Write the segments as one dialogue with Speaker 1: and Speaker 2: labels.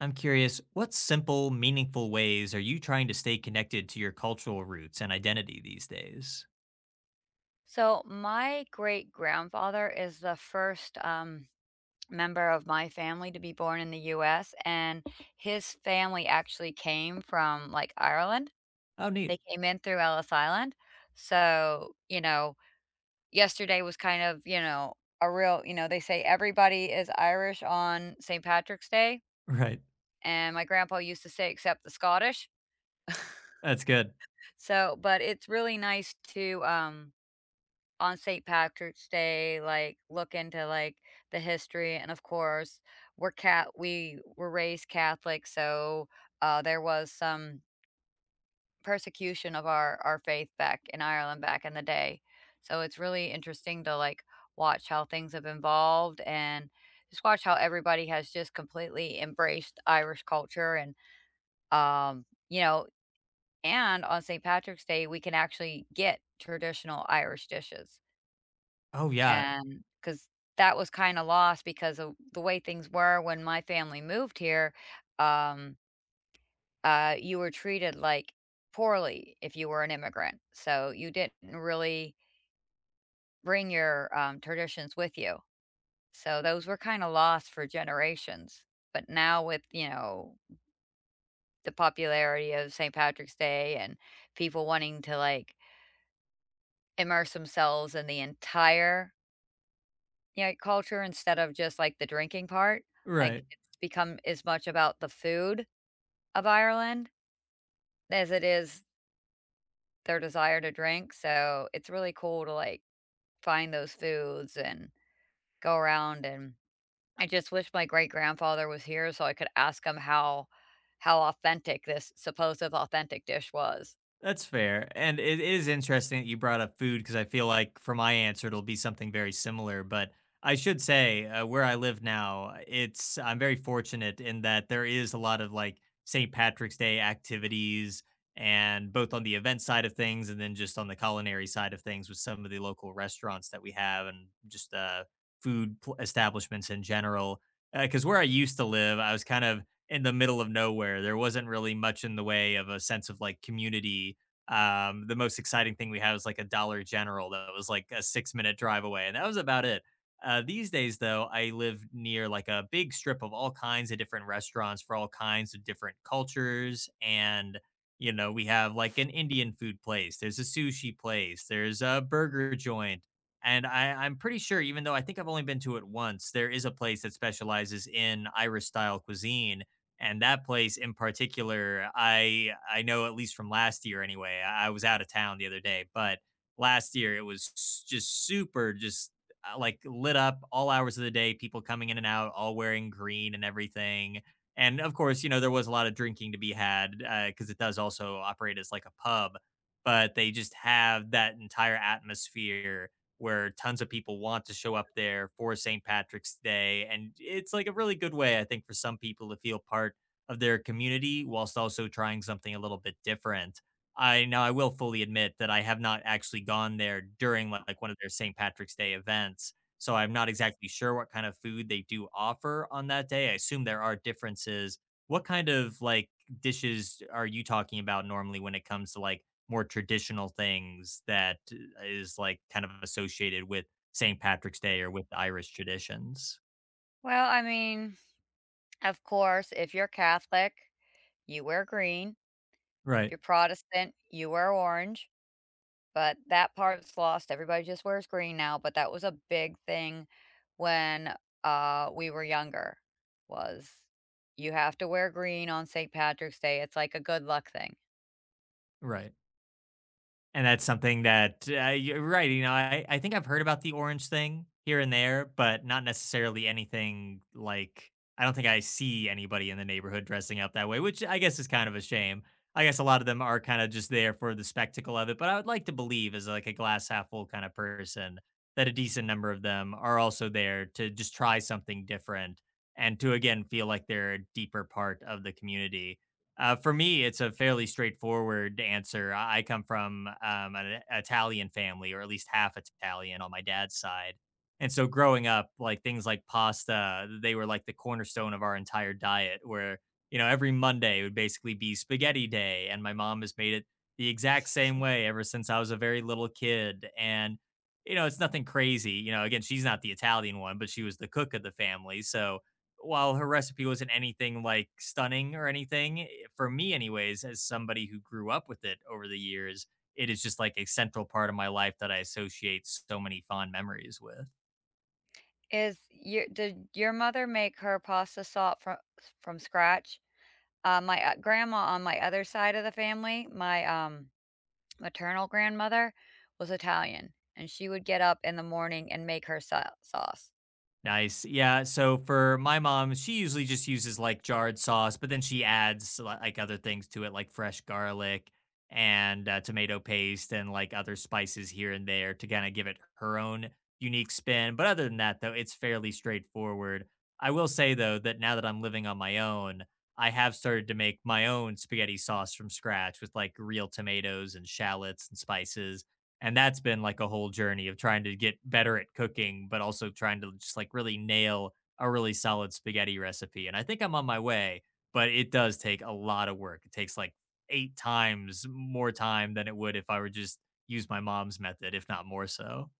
Speaker 1: I'm curious, what simple, meaningful ways are you trying to stay connected to your cultural roots and identity these days?
Speaker 2: So my great grandfather is the first member of my family to be born in the U.S., and his family actually came from like Ireland.
Speaker 1: Oh, neat.
Speaker 2: They came in through Ellis Island. So yesterday was kind of a real they say everybody is Irish on St. Patrick's Day,
Speaker 1: Right.
Speaker 2: and my grandpa used to say except the Scottish.
Speaker 1: That's good.
Speaker 2: So, but it's really nice to on St. Patrick's Day, like, look into, like, the history, and of course, we were raised Catholic, so, there was some persecution of our faith back in Ireland back in the day. So it's really interesting to, like, watch how things have evolved and just watch how everybody has just completely embraced Irish culture and, um, you know and on St. Patrick's Day, we can actually get traditional Irish dishes.
Speaker 1: Oh, yeah.
Speaker 2: And because that was kinda lost because of the way things were when my family moved here, um, you were treated, like, poorly if you were an immigrant, so you didn't really bring your, traditions with you. So those were kinda lost for generations, but now with the popularity of St. Patrick's Day and people wanting to, like, immerse themselves in the entire Yeah, culture instead of just, like, the drinking part, like,
Speaker 1: Right.
Speaker 2: it's become as much about the food of Ireland as it is their desire to drink, so it's really cool to, like, find those foods and go around, and I just wish my great-grandfather was here so I could ask him how authentic this supposed authentic dish was.
Speaker 1: That's fair. And it is interesting that you brought up food because I feel like for my answer, it'll be something very similar. But I should say, where I live now, it's I'm very fortunate in that there is a lot of like St. Patrick's Day activities, and both on the event side of things and then just on the culinary side of things with some of the local restaurants that we have, and just establishments in general. Because where I used to live, I was kind of in the middle of nowhere. There wasn't really much in the way of a sense of like community. The most exciting thing we had was like a Dollar General that was like a 6 minute drive away, and that was about it. These days, though, I live near like a big strip of all kinds of different restaurants for all kinds of different cultures. And, you know, we have like an Indian food place, there's a sushi place, there's a burger joint. And I'm pretty sure, even though I think I've only been to it once, there is a place that specializes in Irish style cuisine, and that place in particular I know, at least from last year anyway. I was out of town the other day, but last year it was just super, just like lit up all hours of the day, people coming in and out all wearing green and everything. And of course, you know, there was a lot of drinking to be had because it does also operate as like a pub. But they just have that entire atmosphere where tons of people want to show up there for St. Patrick's Day. And it's like a really good way, I think, for some people to feel part of their community whilst also trying something a little bit different. I now I will fully admit that I have not actually gone there during like one of their St. Patrick's Day events. So I'm not exactly sure what kind of food they do offer on that day. I assume there are differences. What kind of like dishes are you talking about normally when it comes to like more traditional things that is like kind of associated with St. Patrick's Day or with Irish traditions?
Speaker 2: Well, I mean, of course, if you're Catholic, you wear green. If
Speaker 1: Right,
Speaker 2: you're Protestant, you wear orange. But that part's lost, everybody just wears green now, but that was a big thing when, we were younger, was you have to wear green on St. Patrick's Day, it's like a good luck thing.
Speaker 1: right. And that's something that you're right. You know, I think I've heard about the orange thing here and there, but not necessarily anything like I don't think I see anybody in the neighborhood dressing up that way, which I guess is kind of a shame. I guess a lot of them are kind of just there for the spectacle of it, but I would like to believe, as like a glass half full kind of person, that a decent number of them are also there to just try something different and to again feel like they're a deeper part of the community. For me, it's a fairly straightforward answer. I come from an Italian family, or at least half Italian on my dad's side. And so growing up, like things like pasta, they were like the cornerstone of our entire diet, where, you know, every Monday would basically be spaghetti day. And my mom has made it the exact same way ever since I was a very little kid. And, you know, it's nothing crazy. You know, again, she's not the Italian one, but she was the cook of the family. So, while her recipe wasn't anything like stunning or anything, eh, for me anyways, as somebody who grew up with it over the years, it is just like a central part of my life that I associate so many fond memories with.
Speaker 2: Is your Did your mother make her pasta salt from scratch? My, grandma on my other side of the family, my maternal grandmother was Italian, and she would get up in the morning and make her sauce.
Speaker 1: Nice. Yeah. So for my mom, she usually just uses like jarred sauce, but then she adds like other things to it, like fresh garlic and tomato paste and like other spices here and there to kind of give it her own unique spin. But other than that, though, it's fairly straightforward. I will say, though, that now that I'm living on my own, I have started to make my own spaghetti sauce from scratch with like real tomatoes and shallots and spices, and that's been like a whole journey of trying to get better at cooking, but also trying to just like really nail a really solid spaghetti recipe. And I think I'm on my way, but it does take a lot of work. It takes like 8 times more time than it would if I were just use my mom's method, if not more so.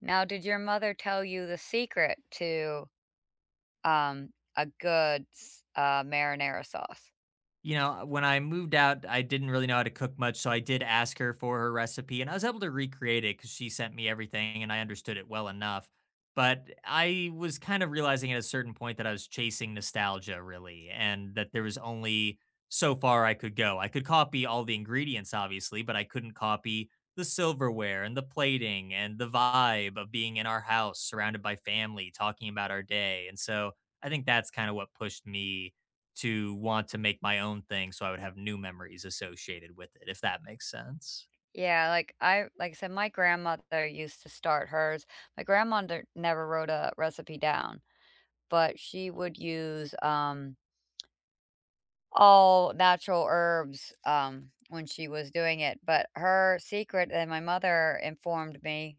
Speaker 2: Now, did your mother tell you the secret to, a good s marinara sauce?
Speaker 1: You know, when I moved out, I didn't really know how to cook much, so I did ask her for her recipe and I was able to recreate it because she sent me everything and I understood it well enough. But I was kind of realizing at a certain point that I was chasing nostalgia really, and that there was only so far I could go. I could copy all the ingredients, obviously, but I couldn't copy the silverware and the plating and the vibe of being in our house surrounded by family talking about our day. And so I think that's kind of what pushed me to want to make my own thing so I would have new memories associated with it, if that makes sense.
Speaker 2: Yeah, like I said, my grandmother used to start hers. My grandmother never wrote a recipe down, but she would use, all natural herbs, when she was doing it, but her secret and my mother informed me,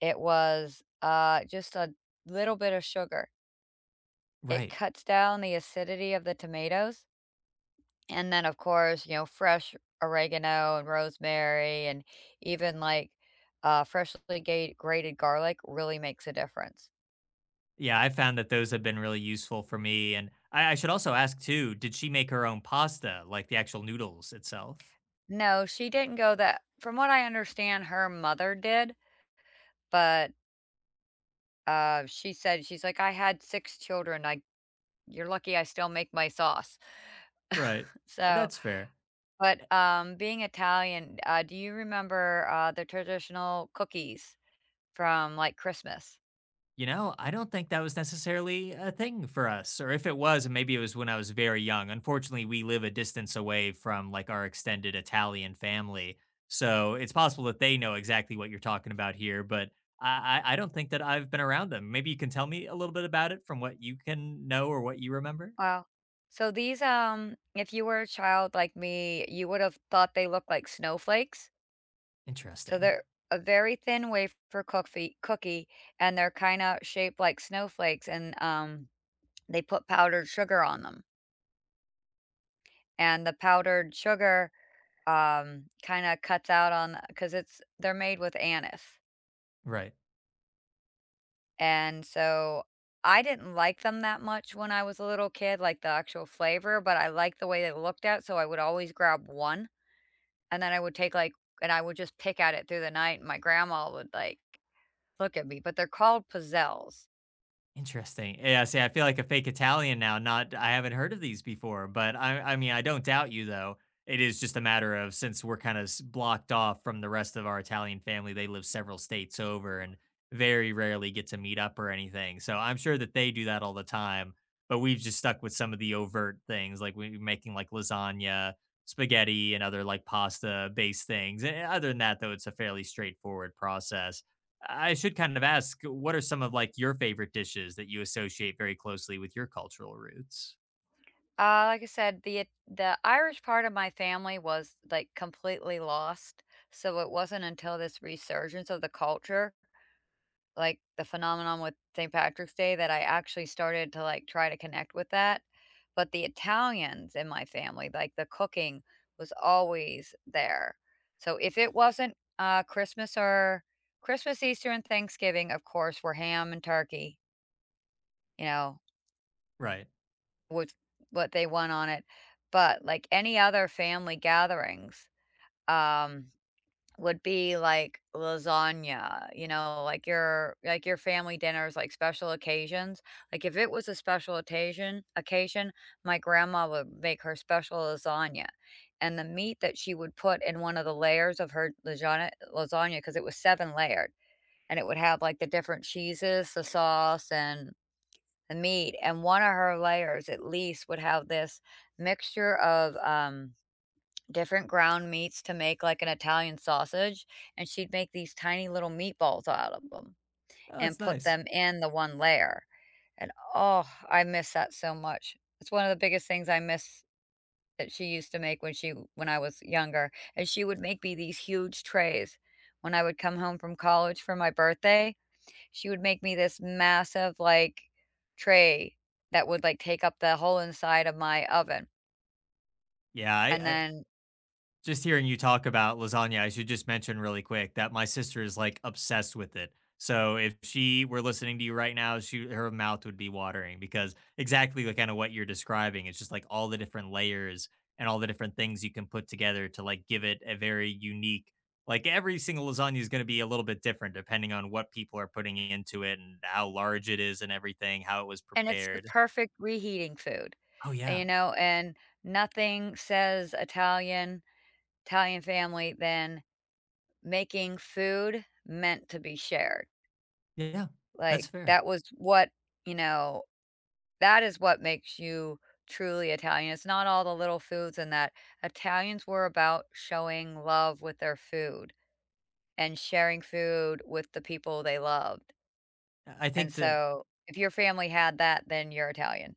Speaker 2: it was, just a little bit of sugar. It
Speaker 1: Right.
Speaker 2: cuts down the acidity of the tomatoes, and then, of course, you know, fresh oregano and rosemary and even, like, freshly gate grated garlic really makes a difference.
Speaker 1: Yeah, I found that those have been really useful for me. And I should also ask too, did she make her own pasta, like the actual noodles itself?
Speaker 2: No, she didn't go that from what I understand, her mother did, but she said she's like, "I had 6 children, I you're lucky I still make my sauce."
Speaker 1: Right.
Speaker 2: So,
Speaker 1: That's fair.
Speaker 2: but, being Italian, do you remember, the traditional cookies from, like, Christmas?
Speaker 1: You know, I don't think that was necessarily a thing for us, or if it was, maybe it was when I was very young. Unfortunately, we live a distance away from like our extended Italian family, so it's possible that they know exactly what you're talking about here, but I don't think that I've been around them. Maybe you can tell me a little bit about it from what you can know or what you remember.
Speaker 2: Wow. So these, if you were a child like me, you would have thought they looked like snowflakes. So
Speaker 1: Interesting,
Speaker 2: they're a very thin wafer cookfee cookie, and they're kinda shaped like snowflakes, and, they put powdered sugar on them, and the powdered sugar kinda cuts out on because it's they're made with anise,
Speaker 1: right?
Speaker 2: and so I didn't like them that much when I was a little kid, like, the actual flavor, but I liked the way they looked at, so I would always grab one, and then I would take, like and I would just pick at it through the night, and my grandma would, like, look at me, but they're called pizzelles.
Speaker 1: Interesting. Yeah, see, I feel like a fake Italian now. Not, I haven't heard of these before, but I mean, I don't doubt you though. It is just a matter of, since we're kind of blocked off from the rest of our Italian family, they live several states over and very rarely get to meet up or anything. So I'm sure that they do that all the time, but we've just stuck with some of the overt things like we're making like lasagna, spaghetti, and other like pasta based things. And other than that, though, it's a fairly straightforward process. I should kind of ask, what are some of like your favorite dishes that you associate very closely with your cultural roots?
Speaker 2: Like I said, the Irish part of my family was, like, completely lost, so it wasn't until this resurgence of the culture like, the phenomenon with St. Patrick's Day that I actually started to, like, try to connect with that, but the Italians in my family, like, the cooking was always there. So if it wasn't, Christmas, Easter, and Thanksgiving, of course, were ham and turkey, you know,
Speaker 1: Right.
Speaker 2: with what they want on it, but, like, any other family gatherings, um would be like lasagna, you know, like your family dinners, like special occasions. Like if it was a special occasion, my grandma would make her special lasagna. And the meat that she would put in one of the layers of her lasagna, because it was seven layered, and it would have like the different cheeses, the sauce, and the meat. And one of her layers at least would have this mixture of different ground meats to make like an Italian sausage, and she'd make these tiny little meatballs out of them
Speaker 1: Oh,
Speaker 2: and
Speaker 1: that's
Speaker 2: put
Speaker 1: nice.
Speaker 2: them in the one layer, and, oh, I miss that so much. It's one of the biggest things I miss that she used to make when I was younger, and she would make me these huge trays. When I would come home from college for my birthday, she would make me this massive, like, tray that would, like, take up the whole inside of my oven,
Speaker 1: Yeah,
Speaker 2: and
Speaker 1: I,
Speaker 2: then
Speaker 1: Just hearing you talk about lasagna, I should just mention really quick that my sister is like obsessed with it. So if she were listening to you right now, she her mouth would be watering because exactly like kind of what you're describing. It's just like all the different layers and all the different things you can put together to like give it a very unique. Like every single lasagna is going to be a little bit different depending on what people are putting into it and how large it is and everything, how it was
Speaker 2: And it's the
Speaker 1: prepared.
Speaker 2: perfect reheating food,
Speaker 1: Oh
Speaker 2: and,
Speaker 1: yeah,
Speaker 2: you know, and nothing says Italian family than making food meant to be shared.
Speaker 1: yeah, yeah. That's
Speaker 2: Like,
Speaker 1: fair.
Speaker 2: that was what, you know that is what makes you truly Italian. It's not all the little foods and that. Italians were about showing love with their food and sharing food with the people they loved,
Speaker 1: I
Speaker 2: and
Speaker 1: think that
Speaker 2: so if your family had that, then you're Italian.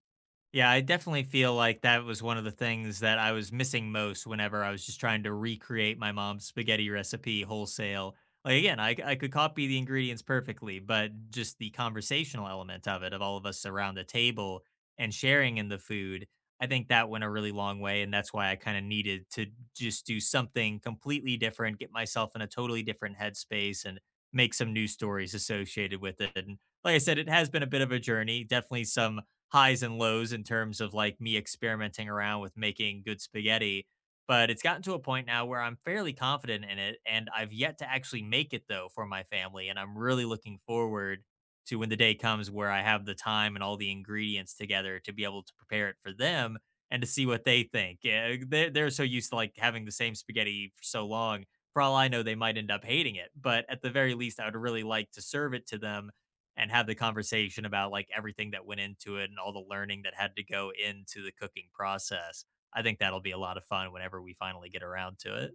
Speaker 1: Yeah, I definitely feel like that was one of the things that I was missing most whenever I was just trying to recreate my mom's spaghetti recipe wholesale. Like again, I could copy the ingredients perfectly, but just the conversational element of it, of all of us around the table and sharing in the food, I think that went a really long way. And that's why I kind of needed to just do something completely different, get myself in a totally different headspace, and make some new stories associated with it. And like I said, it has been a bit of a journey, definitely some highs and lows in terms of like me experimenting around with making good spaghetti. But it's gotten to a point now where I'm fairly confident in it. And I've yet to actually make it though for my family. And I'm really looking forward to when the day comes where I have the time and all the ingredients together to be able to prepare it for them and to see what they think. Yeah, they're so used to like having the same spaghetti for so long. For all I know, they might end up hating it. But at the very least, I would really like to serve it to them and have the conversation about like everything that went into it and all the learning that had to go into the cooking process. I think that'll be a lot of fun whenever we finally get around to it.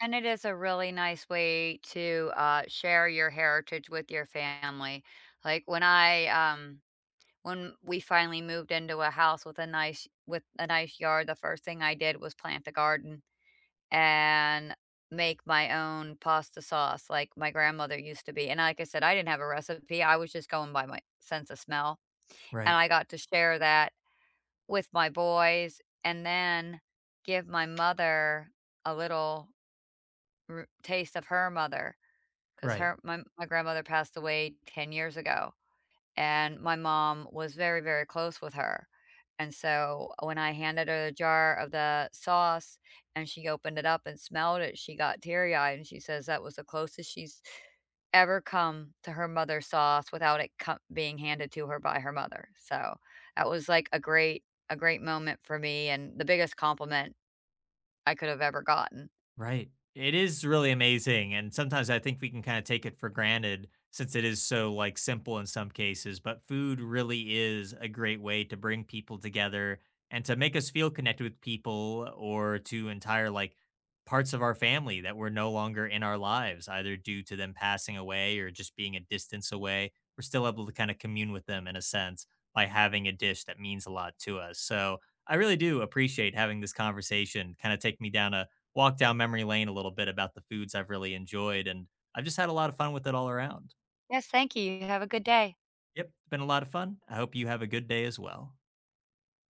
Speaker 2: And it is a really nice way to share your heritage with your family. Like when I, when we finally moved into a house with a nice yard, the first thing I did was plant a garden and make my own pasta sauce, like my grandmother used to be. And like I said, I didn't have a recipe; I was just going by my sense of smell, and
Speaker 1: Right.
Speaker 2: I got to share that with my boys, and then give my mother a little taste of her mother. 'Cause
Speaker 1: Right.
Speaker 2: her my grandmother passed away 10 years ago, and my mom was very, very close with her, and so when I handed her the jar of the sauce and she opened it up and smelled it, she got teary-eyed, and she says that was the closest she's ever come to her mother's sauce without it co being handed to her by her mother, so that was, like, a great moment for me and the biggest compliment I could have ever gotten.
Speaker 1: Right. It is really amazing. And sometimes I think we can kind of take it for granted since it is so like simple in some cases, but food really is a great way to bring people together and to make us feel connected with people, or to entire like parts of our family that were no longer in our lives, either due to them passing away or just being a distance away. We're still able to kind of commune with them in a sense by having a dish that means a lot to us. So I really do appreciate having this conversation, kind of take me down a walk down memory lane a little bit about the foods I've really enjoyed, and I've just had a lot of fun with it all around.
Speaker 2: Yes, thank you. You have a good day.
Speaker 1: Yep, it's been a lot of fun. I hope you have a good day as well.